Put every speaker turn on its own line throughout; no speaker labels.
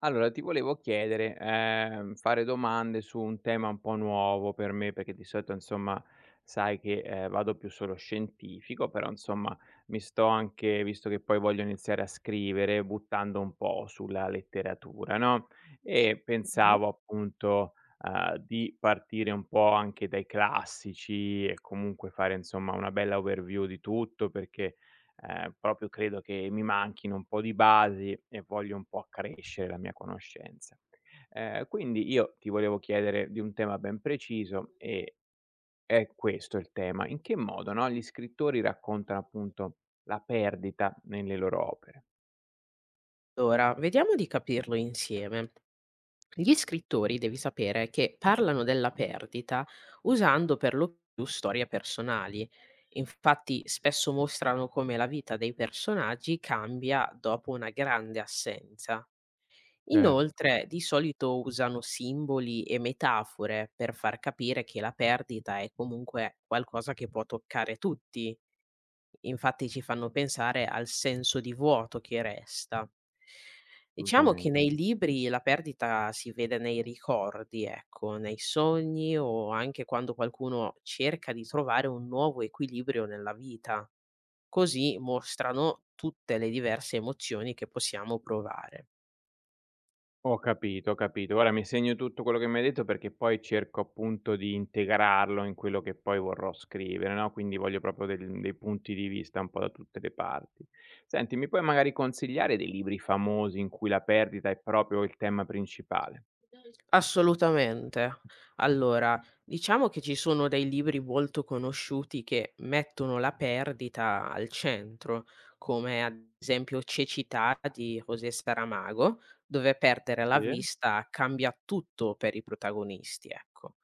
Allora ti volevo chiedere, fare domande su un tema un po' nuovo per me, perché di solito insomma sai che, vado più sullo scientifico, però insomma mi sto anche visto che poi voglio iniziare a scrivere, buttando un po' sulla letteratura, no, e
Mh-mh.
pensavo appunto, di partire un po' anche dai classici e comunque fare insomma una bella overview di tutto, perché proprio credo che mi manchino un po' di basi e voglio un po' accrescere la mia conoscenza. Quindi io ti volevo chiedere di un tema ben preciso e è questo il tema: in che modo, no, gli scrittori raccontano appunto la perdita nelle loro opere?
Allora, vediamo di capirlo insieme. Gli scrittori, devi sapere, che parlano della perdita usando per lo più storie personali. Infatti, spesso mostrano come la vita dei personaggi cambia dopo una grande assenza.
Cer
Inoltre, di solito usano simboli e metafore per far capire che la perdita è comunque qualcosa che può toccare tutti. Infatti ci fanno pensare al senso di vuoto che resta. Diciamo che
assolutamen
nei libri la perdita si vede nei ricordi, ecco, nei sogni o anche quando qualcuno cerca di trovare un nuovo equilibrio nella vita. Così mostrano tutte le diverse emozioni che possiamo provare.
Ho capito, ho capito. Guarda, mi segno tutto quello che mi hai detto, perché poi cerco appunto di integrarlo in quello che poi vorrò scrivere, no, quindi voglio proprio del dei punti di vista un po' da tutte le parti. Senti, mi puoi magari consigliare dei libri famosi in cui la perdita è proprio il tema principale?
Assolutamente. Allora, diciamo che ci sono dei libri molto conosciuti che mettono la perdita al centro, come ad esempio Cecità di José Saramago, dove perdere la
Sì,
vista cambia tutto per i protagonisti, ecco.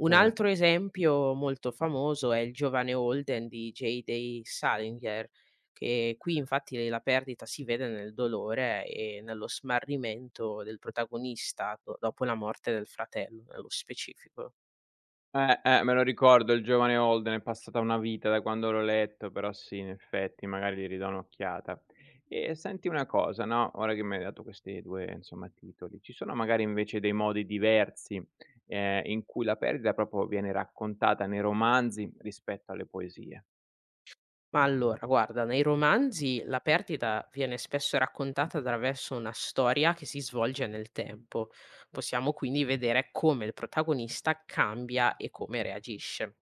Un
cer
altro esempio molto famoso è il giovane Holden di J.D. Salinger, che qui infatti la perdita si vede nel dolore e nello smarrimento del protagonista dopo la morte del fratello, nello specifico.
eh, me lo ricordo il giovane Holden, è passata una vita da quando l'ho letto, però sì, in effetti magari gli ridò un'occhiata. E senti una cosa, no, ora che mi hai dato questi 2, insomma, titoli, ci sono magari invece dei modi diversi, in cui la perdita proprio viene raccontata nei romanzi rispetto alle poesie?
Ma allora, guarda, nei romanzi la perdita viene spesso raccontata attraverso una storia che si svolge nel tempo. Possiamo quindi vedere come il protagonista cambia e come reagisce.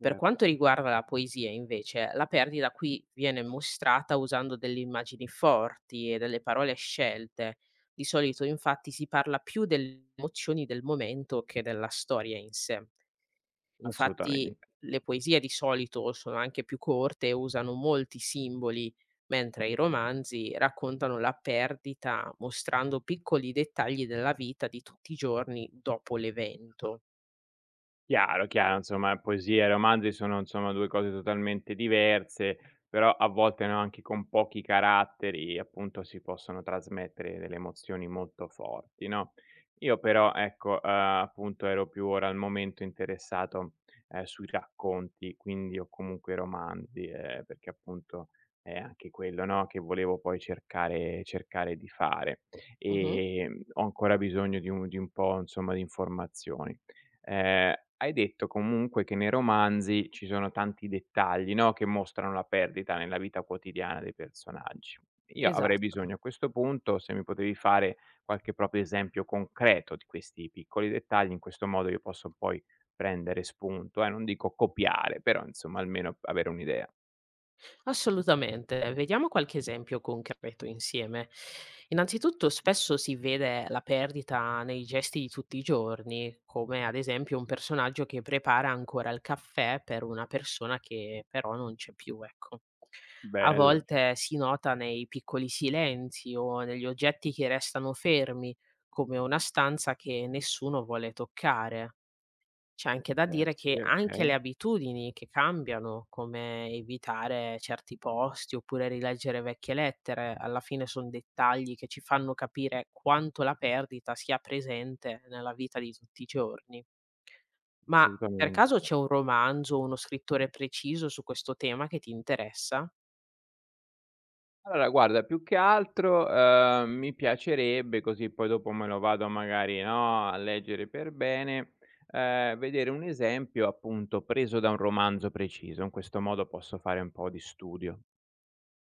Per quanto riguarda la poesia, invece, la perdita qui viene mostrata usando delle immagini forti e delle parole scelte. Di solito, infatti, si parla più delle emozioni del momento che della storia in sé. Infatti
Assolutamente.
le poesie di solito sono anche più corte e usano molti simboli, mentre i romanzi raccontano la perdita mostrando piccoli dettagli della vita di tutti i giorni dopo l'evento.
Chiaro, chiaro, insomma poesia e romanzi sono insomma 2 cose totalmente diverse, però a volte, no, anche con pochi caratteri, appunto, si possono trasmettere delle emozioni molto forti, no? Io però, ecco, appunto ero più ora al momento interessato, sui racconti, quindi o comunque romanzi, perché appunto è anche quello, no, che volevo poi cercare di fare.
Mhm,
Ho ancora bisogno di un po', insomma, di informazioni. Hai detto comunque che nei romanzi ci sono tanti dettagli, no, che mostrano la perdita nella vita quotidiana dei personaggi. Io avrei
esatto,
bisogno a questo punto, se mi potevi fare qualche proprio esempio concreto di questi piccoli dettagli, in questo modo io posso poi prendere spunto, non dico copiare, però insomma almeno avere un'idea.
assolutamente. Vediamo qualche esempio concreto insieme. Innanzitutto, spesso si vede la perdita nei gesti di tutti i giorni, come ad esempio un personaggio che prepara ancora il caffè per una persona che però non c'è più, ecco. A
Bello,
volte
cioè,
si nota nei piccoli silenzi o negli oggetti che restano fermi, come una stanza che nessuno vuole toccare. C'è anche da dire che
sì,
anche
okay,
le abitudini che cambiano, come evitare certi posti oppure rileggere vecchie lettere, alla fine sono dettagli che ci fanno capire quanto la perdita sia presente nella vita di tutti i giorni. Ma per
assolutamente.
caso c'è un romanzo o uno scrittore preciso su questo tema che ti interessa?
Allora guarda, più che altro, mi piacerebbe, così poi dopo me lo vado magari, no, a leggere per bene, vedere un esempio appunto preso da un romanzo preciso, in questo modo posso fare un po' di studio,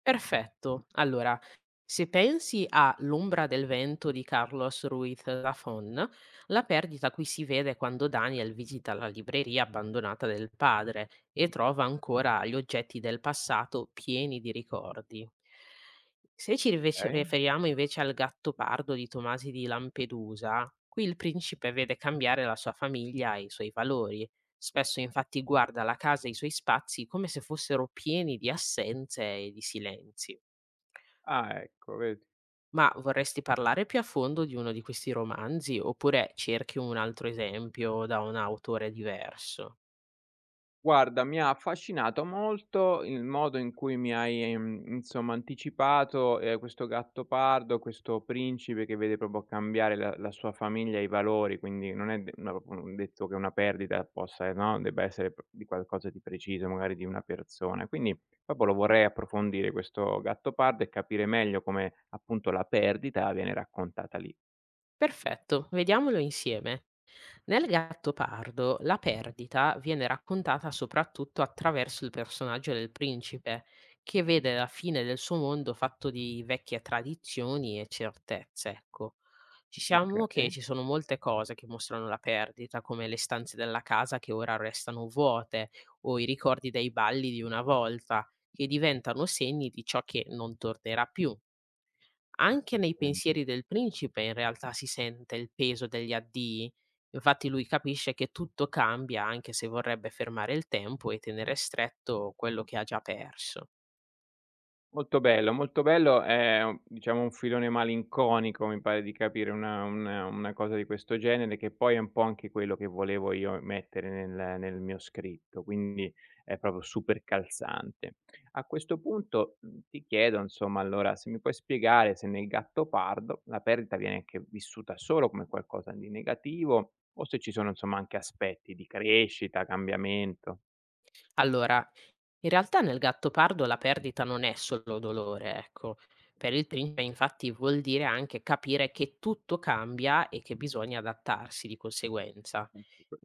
Perfetto. Allora, se pensi a L'ombra del vento di Carlos Ruiz Zafón, la perdita qui si vede quando Daniel visita la libreria abbandonata del padre e trova ancora gli oggetti del passato pieni di ricordi. Se ci
okay?
riferiamo invece al gatto pardo di Tomasi di Lampedusa, qui il principe vede cambiare la sua famiglia e i suoi valori. Spesso infatti guarda la casa e i suoi spazi come se fossero pieni di assenze e di silenzi.
Ah ecco, vedi.
Ma vorresti parlare più a fondo di uno di questi romanzi oppure cerchi un altro esempio da un autore diverso?
Guarda, mi ha affascinato molto il modo in cui mi hai, insomma anticipato, questo Gattopardo, questo principe che vede proprio cambiare la sua famiglia e i valori, quindi non è de no, un detto che una perdita possa no, debba essere p di qualcosa di preciso, magari di una persona. Quindi proprio lo vorrei approfondire questo Gattopardo e capire meglio come, appunto, la perdita viene raccontata lì.
Perfetto, vediamolo insieme. Nel Gattopardo la perdita viene raccontata soprattutto attraverso il personaggio del principe, che vede la fine del suo mondo fatto di vecchie tradizioni e certezze, ecco. Diciamo che
Okay.
ci sono molte cose che mostrano la perdita, come le stanze della casa che ora restano vuote o i ricordi dei balli di una volta, che diventano segni di ciò che non tornerà più. Anche nei
Assolutamente.
pensieri del principe in realtà si sente il peso degli addii, infatti lui capisce che tutto cambia anche se vorrebbe fermare il tempo e tenere stretto quello che ha già perso.
Molto bello, molto bello. È un diciamo un filone malinconico, mi pare di capire, una cosa di questo genere, che poi è un po' anche quello che volevo io mettere nel mio scritto, quindi è proprio super calzante. A questo punto, ti chiedo insomma allora se mi puoi spiegare se nel Gattopardo la perdita viene anche vissuta solo come qualcosa di negativo, o se ci sono insomma anche aspetti di crescita, cambiamento.
Allora, in realtà nel Gattopardo la perdita non è solo dolore, ecco. Per il principe infatti vuol dire anche capire che tutto cambia e che bisogna adattarsi di conseguenza.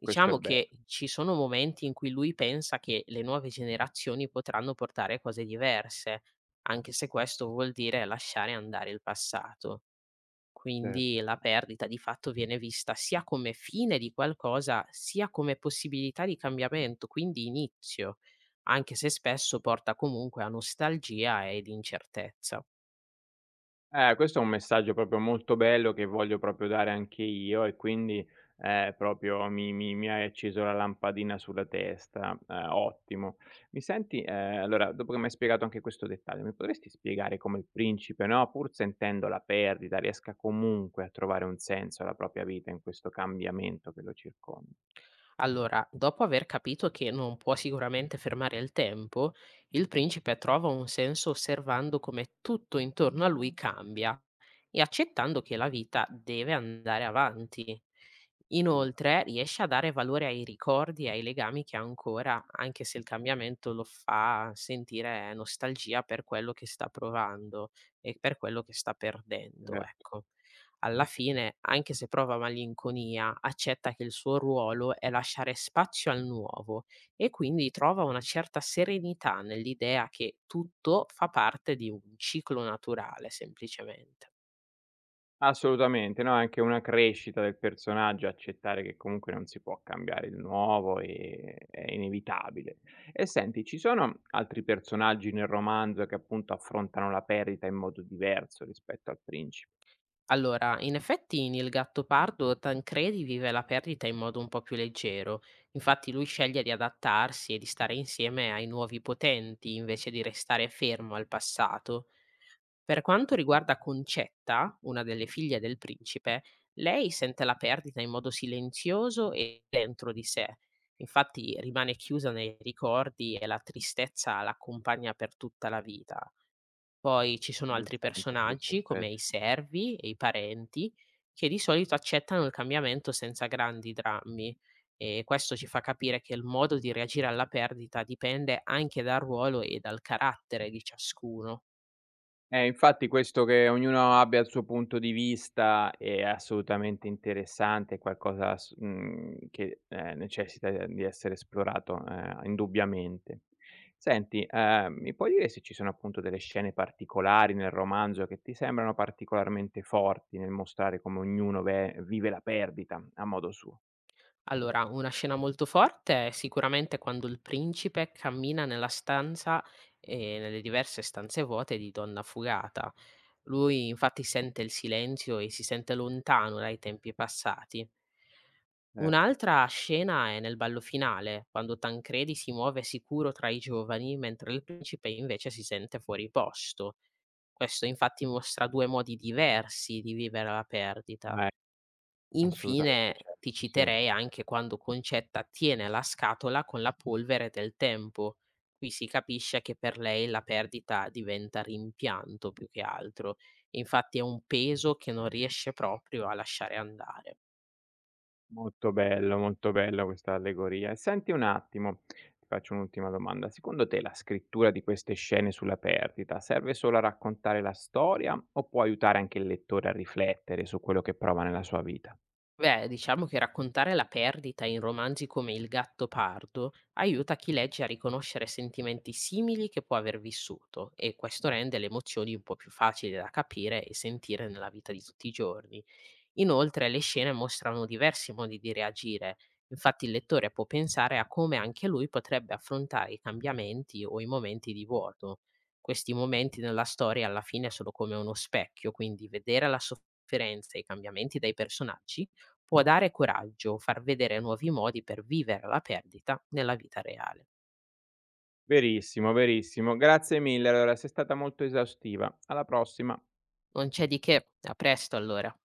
Questo è
che
bello.
ci sono momenti in cui lui pensa che le nuove generazioni potranno portare cose diverse, anche se questo vuol dire lasciare andare il passato. Quindi la perdita di fatto viene vista sia come fine di qualcosa, sia come possibilità di cambiamento, quindi inizio, anche se spesso porta comunque a nostalgia ed incertezza.
Questo è un messaggio proprio molto bello che voglio proprio dare anche io e quindi, proprio mi hai acceso la lampadina sulla testa, ottimo. Mi senti allora dopo che m'hai spiegato anche questo dettaglio, mi potresti spiegare come il principe, no, pur sentendo la perdita, riesca comunque a trovare un senso alla propria vita in questo cambiamento che lo circonda?
Allora, dopo aver capito che non può sicuramente fermare il tempo, il principe trova un senso osservando come tutto intorno a lui cambia e accettando che la vita deve andare avanti. Inoltre, riesce a dare valore ai ricordi e ai legami che ha ancora, anche se il cambiamento lo fa sentire nostalgia per quello che sta provando e per quello che sta perdendo,
Assolutamente.
ecco. Alla fine, anche se prova malinconia, accetta che il suo ruolo è lasciare spazio al nuovo e quindi trova una certa serenità nell'idea che tutto fa parte di un ciclo naturale, semplicemente.
Assolutamente, no, è anche una crescita del personaggio, accettare che comunque non si può cambiare il nuovo, è inevitabile. E senti, ci sono altri personaggi nel romanzo che appunto affrontano la perdita in modo diverso rispetto al principe?
Allora, in effetti nel Gattopardo Tancredi vive la perdita in modo un po' più leggero, infatti lui sceglie di adattarsi e di stare insieme ai nuovi potenti invece di restare fermo al passato. Per quanto
Ok,
riguarda Concetta, una delle figlie del principe, lei sente la perdita in modo silenzioso e dentro di sé. Infatti rimane chiusa nei ricordi e la tristezza l'accompagna per tutta la vita. Poi ci sono altri
interessante anche questo
personaggi come
aspe
i servi e i parenti che di solito accettano il cambiamento senza grandi drammi, e questo ci fa capire che il modo di reagire alla perdita dipende anche dal ruolo e dal carattere di ciascuno.
eh, infatti questo che ognuno abbia il suo punto di vista è assolutamente interessante, è qualcosa che, necessita de di essere esplorato, indubbiamente. Senti, mi puoi dire se ci sono appunto delle scene particolari nel romanzo che ti sembrano particolarmente forti nel mostrare come ognuno ve vive la perdita a modo suo?
Allora, una scena molto forte è sicuramente quando il principe cammina nella stanza e nelle diverse stanze vuote di Donna Fugata. Lui infatti sente il silenzio e si sente lontano dai tempi passati.
Cer
Un'altra scena è nel ballo finale, quando Tancredi si muove sicuro tra i giovani, mentre il principe invece si sente fuori posto. Questo infatti mostra due modi diversi di vivere la perdita.
Eh, assolutamente
Infine ti
certo, sì.
citerei anche quando Concetta tiene la scatola con la polvere del tempo. Qui si capisce che per lei la perdita diventa rimpianto più che altro, infatti è un peso che non riesce proprio a lasciare andare.
Molto bello, molto bella questa allegoria. E senti un attimo, ti faccio un'ultima domanda. Secondo te la scrittura di queste scene sulla perdita serve solo a raccontare la storia o può aiutare anche il lettore a riflettere su quello che prova nella sua vita?
Beh, diciamo che raccontare la perdita in romanzi come Il gatto pardo aiuta chi legge a riconoscere sentimenti simili che può aver vissuto, e questo rende le emozioni un po' più facili da capire e sentire nella vita di tutti i giorni. Inoltre le scene mostrano diversi modi di reagire, infatti il lettore può pensare a come anche lui potrebbe affrontare i cambiamenti o i momenti di vuoto. Questi momenti nella storia alla fine sono come uno specchio, quindi vedere la sofferenza e i cambiamenti dai personaggi può dare coraggio, far vedere nuovi modi per vivere la perdita nella vita reale.
Verissimo, verissimo. Grazie mille. Allora, sei stata molto esaustiva. Alla prossima.
Non c'è di che, a presto allora.